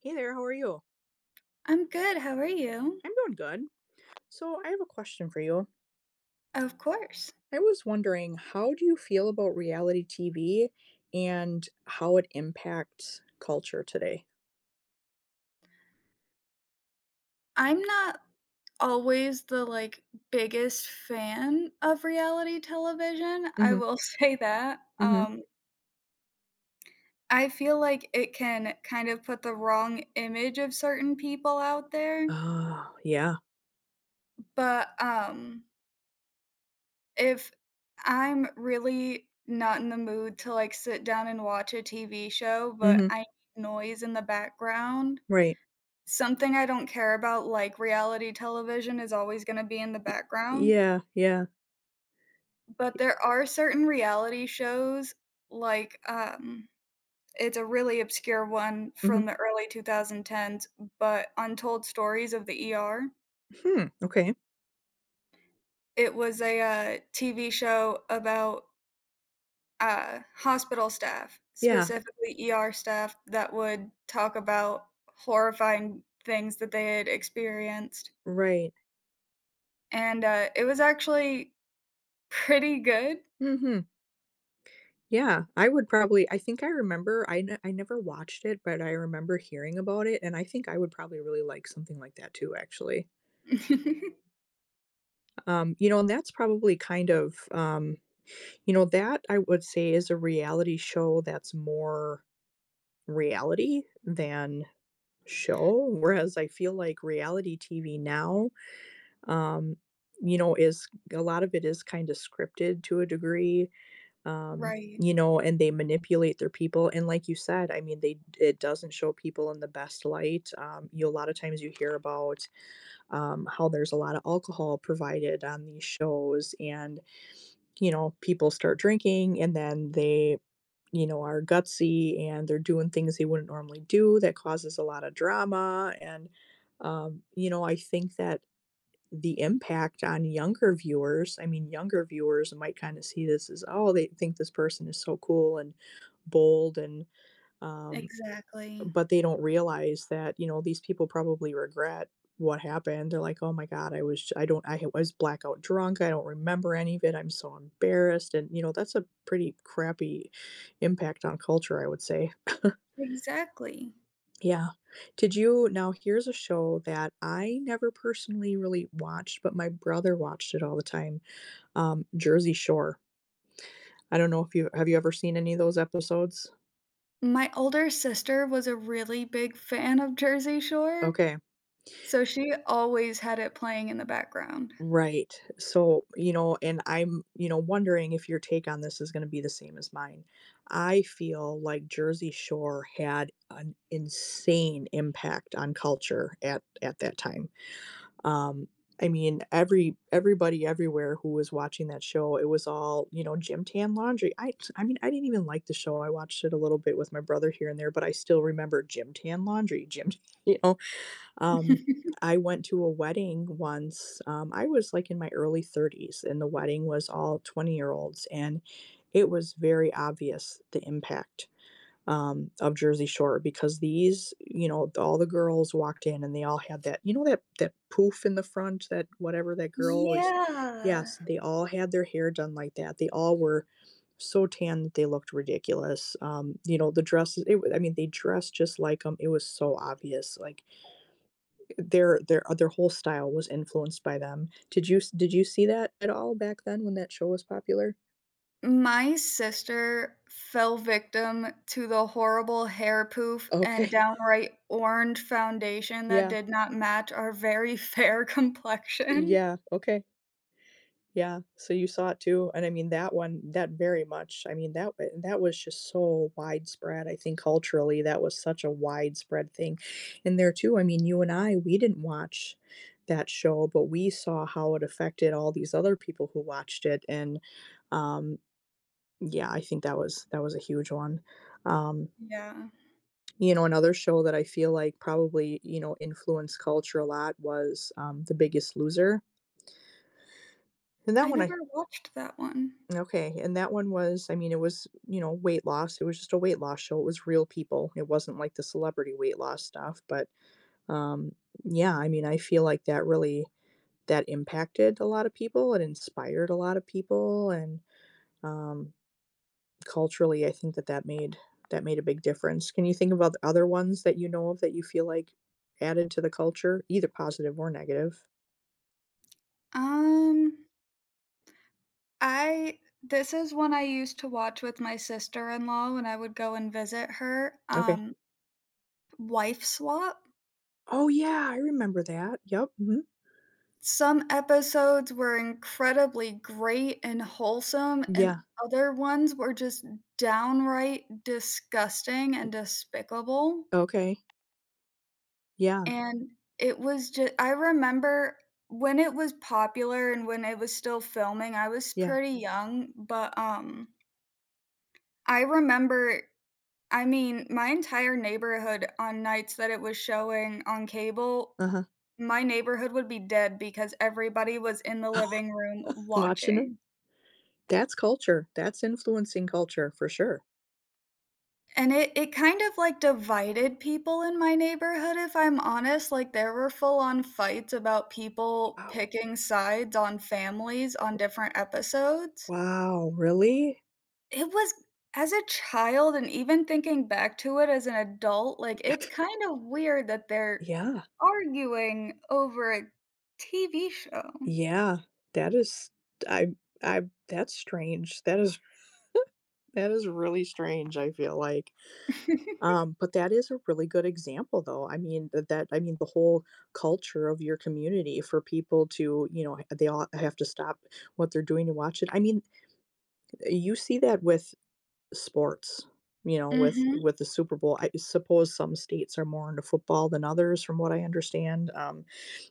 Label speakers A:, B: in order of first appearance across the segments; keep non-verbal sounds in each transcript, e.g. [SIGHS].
A: Hey there, how are you?
B: I'm good, how are you?
A: I'm doing good. So, I have a question for you.
B: Of course.
A: I was wondering, how do you feel about reality TV and how it impacts culture today?
B: I'm not always the, biggest fan of reality television, I
A: Mhm.
B: will [LAUGHS] say that,
A: Mhm.
B: um, I feel like it can kind of put the wrong image of certain people out there,
A: Oh, yeah.
B: but, if I'm really not in the mood to, sit down and watch a TV show, but
A: Mhm.
B: I need noise in the background.
A: Right.
B: Something I don't care about, like reality television, is always gonna be in the
A: Y
B: background,
A: yeah, yeah.
B: but there are certain reality shows, like, it's a really obscure one from
A: Mhm.
B: the early 2010s, but Untold Stories of the ER.
A: Hmm, okay.
B: It was a, TV show about, hospital staff,
A: Yeah,
B: specifically ER staff that would talk about horrifying things that they had experienced,
A: right.
B: and, it was actually pretty good.
A: Mhm. Yeah, I I never watched it, but I remember hearing about it, and I think I would probably really like something like that too, actually.
B: [LAUGHS]
A: And that's probably kind of, that I would say is a reality show that's more reality than show. Whereas I feel like reality TV now, um, is a lot of it is kind of scripted to a degree,
B: Right,
A: and they manipulate their people. And like you said, I mean, they it doesn't show people in the best light. You A lot of times you hear about how there's a lot of alcohol provided on these shows and people start drinking and then they, are gutsy and they're doing things they wouldn't normally do that causes a lot of drama. And, I think that the impact on younger viewers, I mean, younger viewers might kind of see this as, oh, they think this person is so cool and bold, and, um,
B: exactly,
A: but they don't realize that, these people probably regret what happened. They're like, "Oh my god, I was blackout drunk, I don't remember any of it, I'm so embarrassed," and, that's a pretty crappy impact on culture, I would say. [LAUGHS]
B: exactly.
A: Yeah. Did you Now here's a show that I never personally really watched, but my brother watched it all the time, Jersey Shore. I don't know if you ever seen any of those episodes?
B: My older sister was a really big fan of Jersey Shore,
A: Okay.
B: so she always had it playing in the background.
A: Right. So, and I'm, wondering if your take on this is going to be the same as mine. I feel like Jersey Shore had an insane impact on culture at that time. Um, I mean, everybody everywhere who was watching that show, it was all, gym tan laundry. I mean, I didn't even like the show. I watched it a little bit with my brother here and there, but I still remember gym tan laundry, gym, [LAUGHS] you know, um,
B: [LAUGHS]
A: I went to a wedding once, I was, like, in my early 30s, and the wedding was all 20-year-olds, and it was very obvious the impact, of Jersey Shore because these, all the girls walked in, and they all had that, that poof in the front, that whatever that girl always.
B: Yeah.
A: Yes, they all had their hair done like that, they all were so tan that they looked ridiculous, the dresses, I mean, they dressed just like them. It was so obvious, like, their other whole style was influenced by them. Did you see that at all back then when that show was popular?
B: My sister fell victim to the horrible hair poof and
A: Okay. [LAUGHS]
B: downright orange foundation that
A: Yeah.
B: did not match our very fair [LAUGHS] complexion.
A: Yeah. Okay. Yeah. So you saw it too, and I mean that one, that very much I mean, that was just so widespread, I think culturally, that was such a widespread thing. And there too, I mean, you and I, we didn't watch that show, but we saw how it affected all these other people who watched it, and, um, yeah, I think that was, a huge one. Um
B: Yeah,
A: Another show that I feel like probably, influenced culture a lot was, The Biggest Loser. And that
B: I
A: one, I
B: never watched that one.
A: okay, and that one was, I mean, it was, weight loss. It was just a weight loss show. It was real people. It wasn't like the celebrity weight loss stuff, but, um, yeah, I mean, I feel like that impacted a lot of people. It inspired a lot of people, and, um culturally, I think that that made a big difference. Can you think of other ones that you know of that you feel like added to the culture, either positive or negative?
B: Um I this is one I used to watch with my sister-in-law when I would go and visit her,
A: Okay.
B: Wife Swap.
A: Oh, yeah, I remember that. Yep, mhm.
B: Some episodes were incredibly great and wholesome, and
A: Yeah.
B: other ones were just downright disgusting and despicable,
A: Okay. Yeah,
B: and it was just. I remember when it was popular and when it was still filming, I was
A: yeah,
B: pretty young, but, I remember I mean, my entire neighborhood on nights that it was showing on cable,
A: uh-huh.
B: my neighborhood would be dead because everybody was in the living room
A: Watching it.
B: watching.
A: That's culture. That's influencing culture for sure.
B: And it kind of, divided people in my neighborhood, if I'm honest, like, there were full-on fights about people
A: Wow.
B: picking sides on families on different episodes.
A: Wow, really?
B: It was As a child and even thinking back to it as an adult, like, it's kind of weird that they're
A: Yeah.
B: arguing over a TV show.
A: Yeah. That is I I that's strange. That is really strange, I feel like.
B: [LAUGHS]
A: But that is a really good example though. I mean, that that I mean the whole culture of your community for people to, they all have to stop what they're doing to watch it. I mean, you see that with sports, with
B: Mhm.
A: the Super Bowl. I suppose some states are more into football than others from what I understand.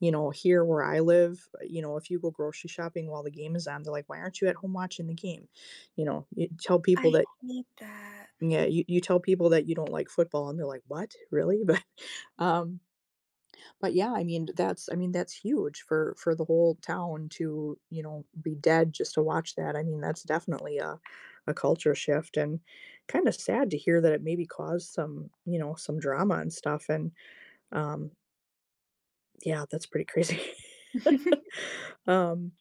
A: Here where I live, if you go grocery shopping while the game is on, they're like, "Why aren't you at home watching the game?" You tell people.
B: I
A: Right. that
B: hate that.
A: Yeah, you tell people that you don't like football, and they're like, "What? Really?" [LAUGHS] Um, but yeah, I mean, that's huge for the whole town to, be dead just to watch that. I mean, that's definitely a culture shift, and kinda sad to hear that it maybe caused some, some drama and stuff, and, um, yeah, that's pretty crazy. [LAUGHS]
B: [LAUGHS]
A: Um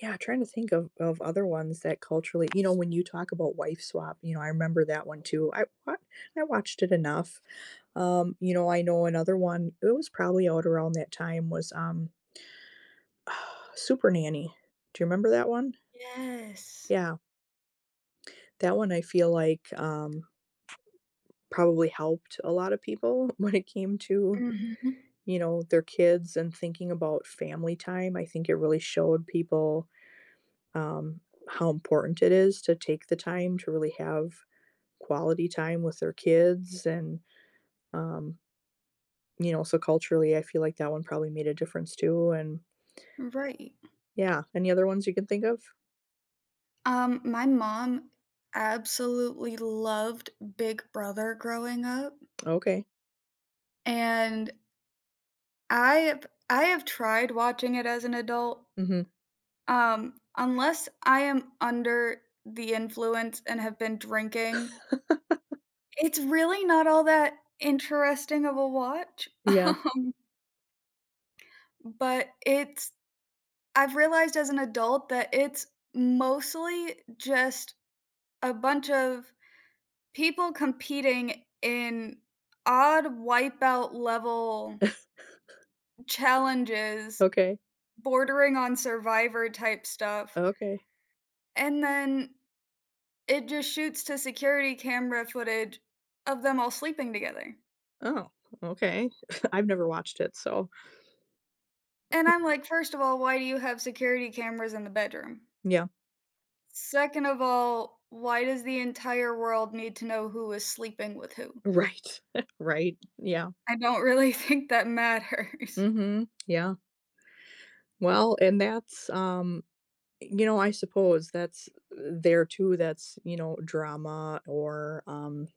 A: yeah, trying to think of other ones that culturally, when you talk about wife swap, I remember that one too. I watched it enough. I know another one, it was probably out around that time, was, [SIGHS] Super Nanny? Do you remember that one?
B: Yes.
A: Yeah. That one I feel like, probably helped a lot of people, [LAUGHS] when it came to,
B: Mhm.
A: their kids and thinking about family time. I think it really showed people, um, how important it is to take the time to really have quality time with their kids, and, um, so culturally, I feel like that one probably made a difference too, and
B: Right.
A: yeah. Any other ones you can think of?
B: My mom absolutely loved Big Brother growing up,
A: Okay.
B: and I have tried watching it as an adult.
A: Mhm.
B: Unless I am under the influence and have been drinking, it's really not all that interesting of a watch, [LAUGHS]
A: Yeah.
B: but it's I've realized as an adult that it's mostly just a bunch of people competing in odd wipeout level
A: [LAUGHS]
B: challenges
A: Okay.
B: bordering on survivor type stuff,
A: Okay.
B: and then it just shoots to security camera footage of them all sleeping together.
A: Oh, okay. [LAUGHS] I've never watched it, so
B: And I'm like, first of all, why do you have security cameras in the bedroom?
A: yeah.
B: Second of all, why does the entire world need to know who is sleeping with who?
A: Right. [LAUGHS] Right. Yeah.
B: I don't really [LAUGHS] think that matters.
A: Mhm. Yeah. Well, and that's, I suppose that's there too, that's, drama, or,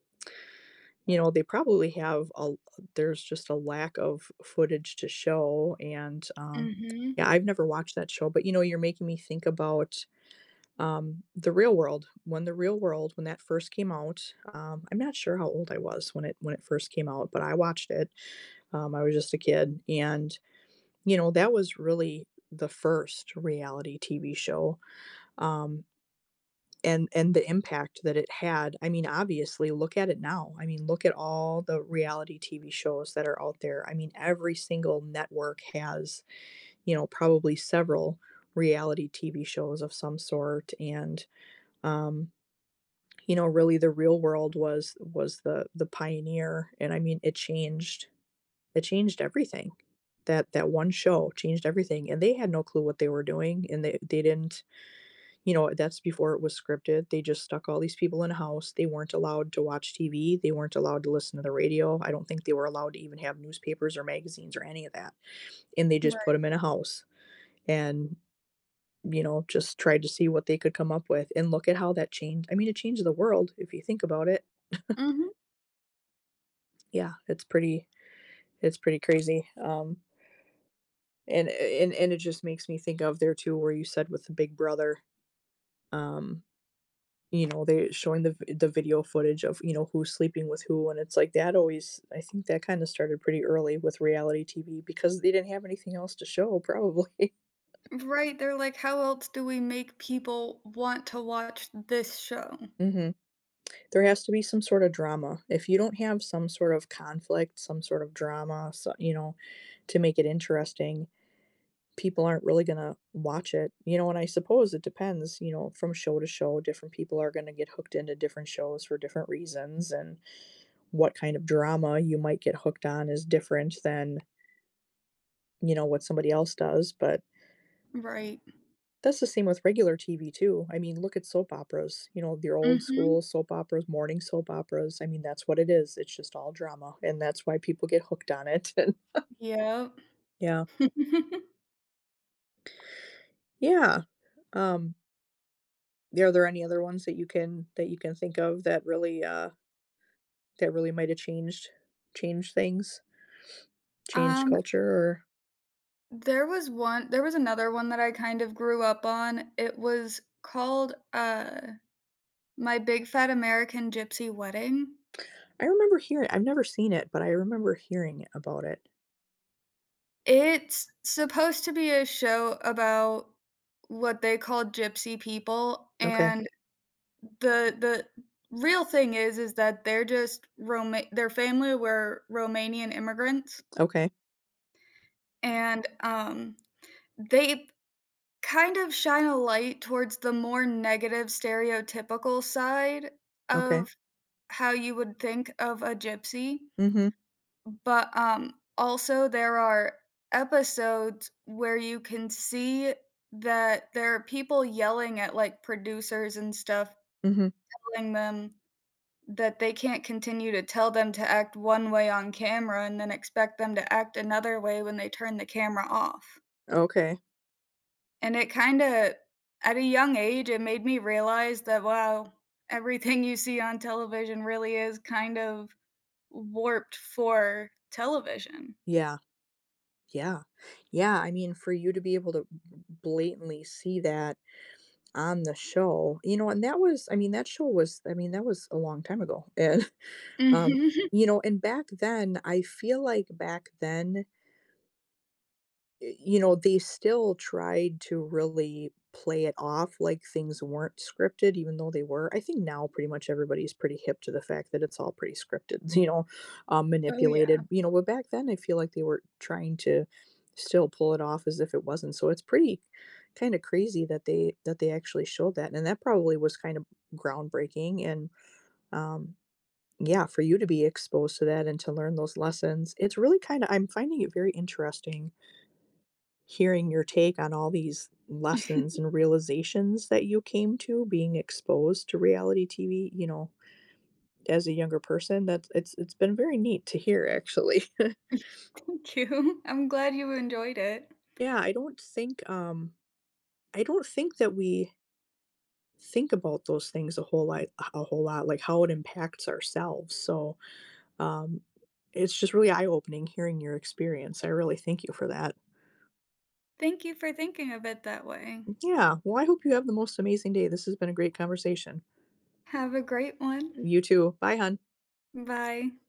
A: they probably have a there's just a lack of footage to show, and,
B: Mhm.
A: yeah, I've never watched that show, but, you're making me think about, The Real World. When that first came out, I'm not sure how old I was when it first came out, but I watched it, I was just a kid, and, that was really the first reality TV show, um and the impact that it had. I mean, obviously, look at it now. I mean, look at all the reality TV shows that are out there. I mean, every single network has, probably several reality TV shows of some sort. And, um really, the Real World was, the, pioneer. And I mean, it changed everything. That one show changed everything, and they had no clue what they were doing, and they didn't. That's before it was scripted. They just stuck all these people in a house. They weren't allowed to watch TV. They weren't allowed to listen to the radio. I don't think they were allowed to even have newspapers or magazines or any of that. And they just
B: Right.
A: put them in a house and, just tried to see what they could come up with. And look at how that changed. I mean, it changed the world if you think about it. [LAUGHS]
B: Mhm.
A: Yeah, it's pretty crazy. And it just makes me think of there too, where you said with the Big Brother, um they're showing the video footage of, who's sleeping with who, and it's like, that always I think that kinda started pretty early with reality TV because they didn't have anything else to show, probably. [LAUGHS]
B: Right, they're like, "How else do we make people want to watch this show?"
A: Mhm. There has to be some sort of drama. If you don't have some sort of conflict, some sort of drama, so, to make it interesting, people aren't really gonna watch it, and I suppose it depends, from show to show, different people are gonna get hooked into different shows for different reasons, and what kind of drama you might get hooked on is different than, what somebody else does. But
B: Right.
A: that's the same with regular TV too. I mean, look at soap operas, your old
B: Mhm.
A: school soap operas, morning soap operas. I mean, that's what it is. It's just all drama. And that's why people get hooked on it. [LAUGHS] And
B: Yep.
A: yeah.
B: [LAUGHS]
A: Yeah. Um, are there any other ones that you can, think of that really, that really might have changed things, changed
B: Um
A: culture, or
B: There was another one that I kind of grew up on. It was called, My Big Fat American Gypsy Wedding.
A: I remember hearing I've never seen it, but I remember hearing about it.
B: It's supposed to be a show about what they call gypsy people,
A: Okay.
B: and the real thing is that they're just Roma their family were Romanian immigrants,
A: Okay.
B: and, they kind of shine a light towards the more negative stereotypical side
A: Okay.
B: of how you would think of a gypsy,
A: Mhm.
B: but, also there are episodes where you can see that there are people yelling at, producers and stuff,
A: Mhm.
B: telling them that they can't continue to tell them to act one way on camera and then expect them to act another way when they turn the camera off.
A: Okay.
B: And it kinda at a young age, it made me realize that, wow, everything you see on television really is kind of warped for television.
A: Yeah. Yeah. Yeah, I mean, for you to be able to blatantly see that on the show, and that was I mean, that show was I mean, that was a long time ago, and, [LAUGHS] um,
B: Mhm. [LAUGHS]
A: and back then, I feel like back then, they still tried to really play it off like things weren't scripted, even though they were. I think now pretty much everybody's pretty hip to the fact that it's all pretty scripted, [LAUGHS]
B: Oh, yeah.
A: manipulated, but back then I feel like they were trying to still pull it off as if it wasn't. So it's pretty kind of crazy that they actually showed that. And that probably was kind of groundbreaking, and um yeah, for you to be exposed to that and to learn those lessons, it's really kind of I'm finding it very interesting hearing your take on all these lessons and realizations that you came to being exposed to reality TV, as a younger person. That's it's been very neat to hear actually. [LAUGHS]
B: Thank you. [LAUGHS] I'm glad you enjoyed it.
A: Yeah, I don't think that we think about those things, a whole lot, like how it impacts ourselves. So, um it's just really eye-opening hearing your experience. I really thank you for that.
B: Thank you for thinking of it that way.
A: Yeah, well, I hope you have the most amazing day. This has been a great conversation.
B: Have a great one.
A: You too. Bye, hon.
B: Bye.